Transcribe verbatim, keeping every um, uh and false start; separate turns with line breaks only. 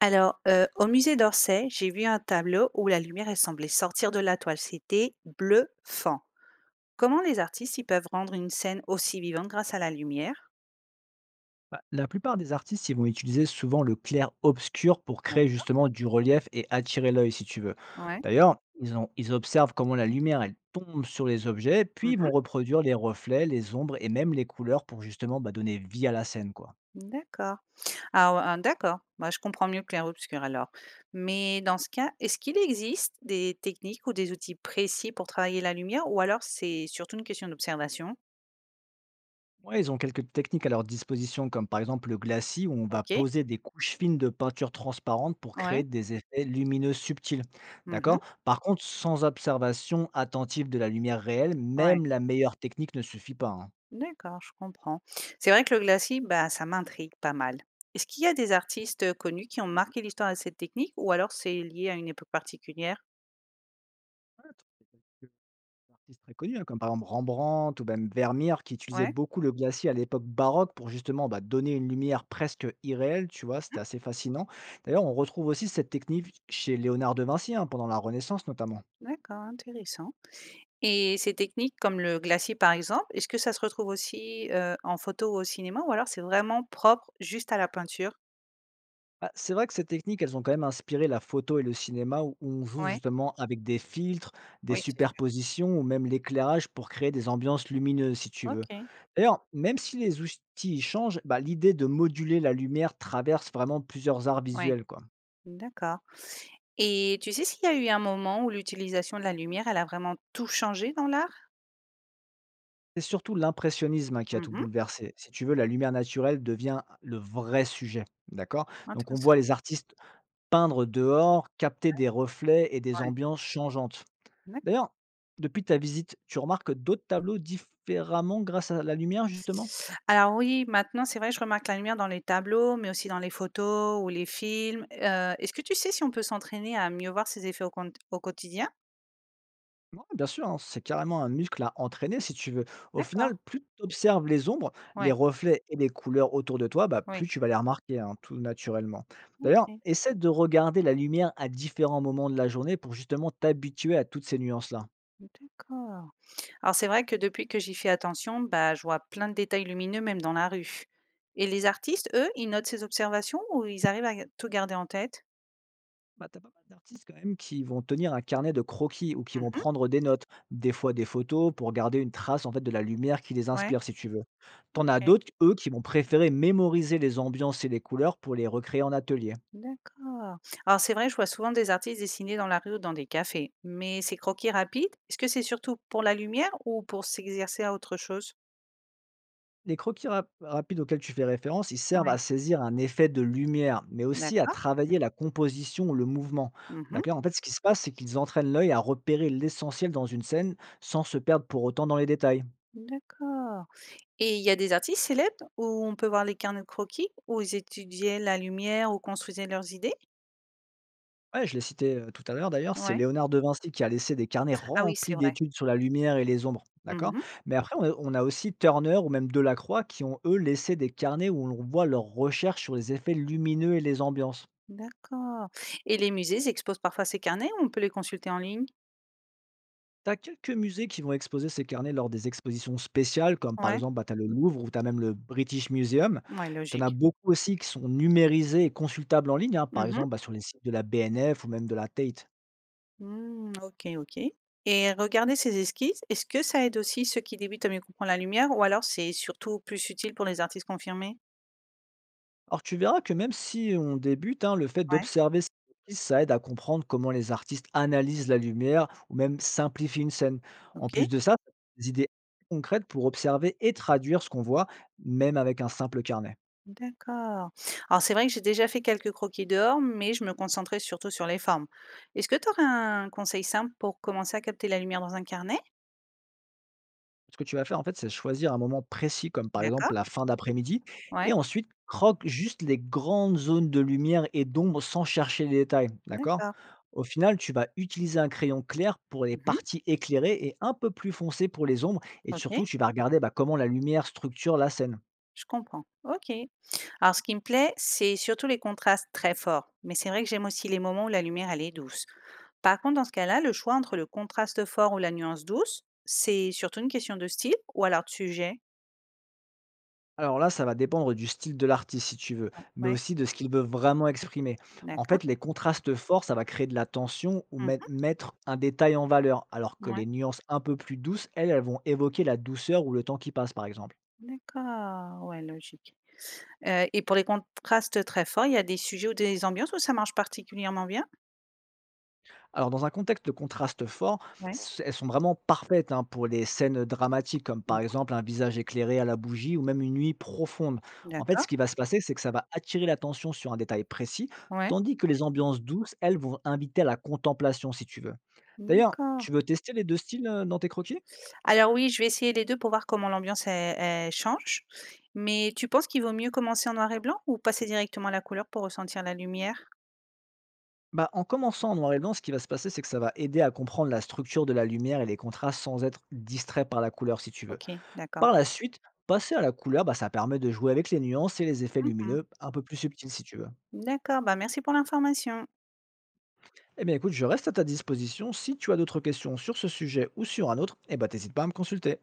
Alors, heu, au musée d'Orsay, j'ai vu un tableau où la lumière, elle semblait sortir de la toile. C'était bluffant. Comment les artistes, ils peuvent rendre une scène aussi vivante grâce à la lumière?
Bah, la plupart des artistes, ils vont utiliser souvent le clair-obscur pour créer
D'acc
justement du relief et attirer l'œil, si tu veux.
ouais.
D'ailleurs, ils, ont- ils observent comment la lumière, elle tombe sur les objets, puis ils vont
Mmh.
reproduire les reflets, les ombres et même les couleurs pour justement bah, donner vie à la scène, quoi.
D'accord. Ah ouais, ah d'accord. Bah, je comprends mieux clair-obscur alors. Mais dans ce cas, est-ce qu'il existe des techniques ou des outils précis pour travailler la lumière ou alors c'est surtout une question d'observation?
Ouais, ils ont quelques techniques à leur disposition, comme par exemple le glacis, où on va
OK.
poser des couches fines de peinture transparente pour créer
Ouais.
des effets lumineux subtils.
Mmh.
D'accord? Par contre, sans observation attentive de la lumière réelle,
Ouais.
même la meilleure technique ne suffit pas, hein.
D'accord, je comprends. C'est vrai que le glacis, bah, ça m'intrigue pas mal. Est-ce qu'il y a des artistes euh, connus qui ont marqué l'histoire de cette technique ou alors c'est lié à une époque particulière?
Quelques artistes très connus, hein, comme par exemple Rembrandt ou même Vermeer, qui utilisaient
Ouais.
beaucoup le glacier à l'époque baroque pour justement bah, donner une lumière presque irréelle, tu vois, c'était
Mhm.
assez fascinant. D'ailleurs, on retrouve aussi cette technique chez Léonard de Vinci, hein, pendant la Renaissance notamment.
D'accord, intéressant. Et ces techniques comme le glacis par exemple, est-ce que ça se retrouve aussi euh, en photo ou au cinéma ou alors c'est vraiment propre juste à la peinture?
Bah, c'est vrai que ces techniques, elles ont quand même inspiré la photo et le cinéma où où on joue
Ouais.
justement avec des filtres, des
Oui, c'est sûr.
superpositions ou même l'éclairage pour créer des ambiances lumineuses, si tu veux.
Ok,
D'ailleurs, même si les outils changent, bah, l'idée de moduler la lumière traverse vraiment plusieurs arts
ouais.
visuels, quoi.
D'accord. Et tu sais s'il y a eu un moment où l'utilisation de la lumière, elle a vraiment tout changé dans l'art?
C'est surtout l'impressionnisme, hein, qui a tout
Mhm.
bouleversé. Si tu veux, la lumière naturelle devient le vrai sujet, d'accord? Donc on voit les
Intéressant.
artistes peindre dehors, capter des reflets et des ambiances changeantes.
Ouais.
D'ailleurs, depuis ta visite, tu remarques d'autres tableaux différemment grâce à la lumière, justement?
Alors oui, maintenant, c'est vrai, je remarque la lumière dans les tableaux, mais aussi dans les photos ou les films. Heu, est-ce que tu sais si on peut s'entraîner à mieux voir ces effets au cont au quotidien?
Ouais, bien sûr, hein, c'est carrément un muscle à entraîner si tu veux. Au
D'accord,
final, plus tu observes les ombres, les
ouais,
reflets et les couleurs autour de toi, bah, plus
oui.
tu vas les remarquer, hein, tout naturellement. D'ailleurs,
Mmh.
essaie de regarder la lumière à différents moments de la journée pour justement t'habituer à toutes ces nuances-là.
D'accord. Alors c'est vrai que depuis que j'y fais attention, bah, je vois plein de détails lumineux même dans la rue. Et les artistes, eux, ils notent ces observations ou ils arrivent à ga tout garder en tête?
Bah, tu as pas mal d'artistes quand même qui vont tenir un carnet de croquis ou qui
Mmh
vont
mh.
prendre des notes, des fois des photos pour garder une trace en fait de la lumière qui les
Ouais.
inspire si tu veux. T'en as d'autres, eux, qui vont préférer mémoriser les ambiances et les couleurs pour les recréer en atelier.
D'accord. Alors c'est vrai, je vois souvent des artistes dessiner dans la rue ou dans des cafés, mais ces croquis rapides, est-ce que c'est surtout pour la lumière ou pour s'exercer à autre chose?
Les croquis rap- rapides auxquels tu fais référence, ils servent à
Oui.
saisir un effet de lumière, mais aussi à
D'accord.
travailler la composition ou le mouvement.
Mhm.
D'accord. En fait, ce qui se passe, c'est qu'ils entraînent l'œil à repérer l'essentiel dans une scène sans se perdre pour autant dans les détails.
D'accord. Et il y a des artistes célèbres où on peut voir les carnets de croquis, où ils étudiaient la lumière ou construisaient leurs idées?
Ouais, je l'ai cité, heu, tout à l'heure d'ailleurs, c'est
Ouais.
Léonard de Vinci qui a laissé des carnets
Ah oui,
remplis
c'est vrai.
d'études sur la lumière et les ombres, d'accord?
Mhm.
Mais après on a on a aussi Turner ou même Delacroix qui ont eux laissé des carnets où l'on voit leurs recherches sur les effets lumineux et les ambiances.
D'accord. Et les musées ils exposent parfois ces carnets ou on peut les consulter en ligne?
T'as quelques musées qui vont exposer ces carnets lors des expositions spéciales comme par
Ouais.
exemple, bah, tu le Louvre ou t'as même le British Museum.
Ouais,
T'en as
logique.
beaucoup aussi qui sont numérisés et consultables en ligne, hein, par exemple, bah, sur les sites de la B N F ou même de la Tate.
Mmh, OK, OK, et regarder ces esquisses, est-ce que ça aide aussi ceux qui débutent à mieux comprendre la lumière ou alors c'est surtout plus utile pour les artistes confirmés?
Alors tu verras que même si on débute, hein, le fait
Ouais,
d'observer ces notices, ça aide à comprendre comment les artistes analysent la lumière ou même simplifient une scène. En
OK,
plus de ça, ça donne des idées concrètes pour observer et traduire ce qu'on voit, même avec un simple carnet.
d'accord. Alors c'est vrai que j'ai déjà fait quelques croquis dehors, mais je me concentrais surtout sur les formes. Est-ce que tu aurais un conseil simple pour commencer à capter la lumière dans un carnet?
Ce que tu vas faire, en fait, c'est choisir un moment précis, comme par exemple
D'accord,
la fin d'après-midi, et
ouais,
ensuite croque juste les grandes zones de lumière et d'ombre sans chercher les détails, d'accord?
d'accord.
Au final, tu vas utiliser un crayon clair pour les
Mmh.
parties éclairées et un peu plus foncé pour les ombres, et
OK,
surtout, tu vas regarder bah, comment la lumière structure la scène.
je comprends. OK. Alors ce qui me plaît, c'est surtout les contrastes très forts, mais c'est vrai que j'aime aussi les moments où la lumière, elle est douce. Par contre, dans ce cas-là, le choix entre le contraste fort ou la nuance douce, c'est surtout une question de style ou alors de sujet?
Alors là, ça va dépendre du style de l'artiste, si tu veux, mais
Ouais,
aussi de ce qu'il veut vraiment exprimer. En fait,
d'accord.
les contrastes forts, ça va créer de la tension ou met-
Mmh.
mettre un détail en valeur, alors que
Ouais,
les nuances un peu plus douces, elles, elles vont évoquer la douceur ou le temps qui passe, par exemple.
d'accord, ouais, logique. Heu et pour les contrastes très forts, il y a des sujets ou des ambiances où ça marche particulièrement bien?
Alors dans un contexte de contraste fort,
Ouais.
s elles sont vraiment parfaites, hein, pour les scènes dramatiques, comme par
Mmh.
exemple un visage éclairé à la bougie ou même une nuit profonde. En fait, ce
D'accord,
qui va se passer, c'est que ça va attirer l'attention sur un détail précis,
ouais,
tandis que les ambiances douces, elles, vont inviter à la contemplation, si tu veux. D'ailleurs,
d'accord.
tu veux tester les deux styles, heu, dans tes croquis?
Alors oui, je vais essayer les deux pour voir comment l'ambiance elle elle change. Mais tu penses qu'il vaut mieux commencer en noir et blanc ou passer directement à la couleur pour ressentir la lumière?
Bah, en commençant en noir et blanc, ce qui va se passer, c'est que ça va aider à comprendre la structure de la lumière et les contrastes sans être distrait par la couleur, si tu veux.
OK, d'accord.
Par la suite, passer à la couleur, bah, ça permet de jouer avec les nuances et les effets
Mmh.
lumineux un peu plus subtils si tu veux.
D'accord, bah, merci pour l'information.
Eh bien écoute, je reste à ta disposition. Si tu as d'autres questions sur ce sujet ou sur un autre, eh ben, t'hésites pas à me consulter.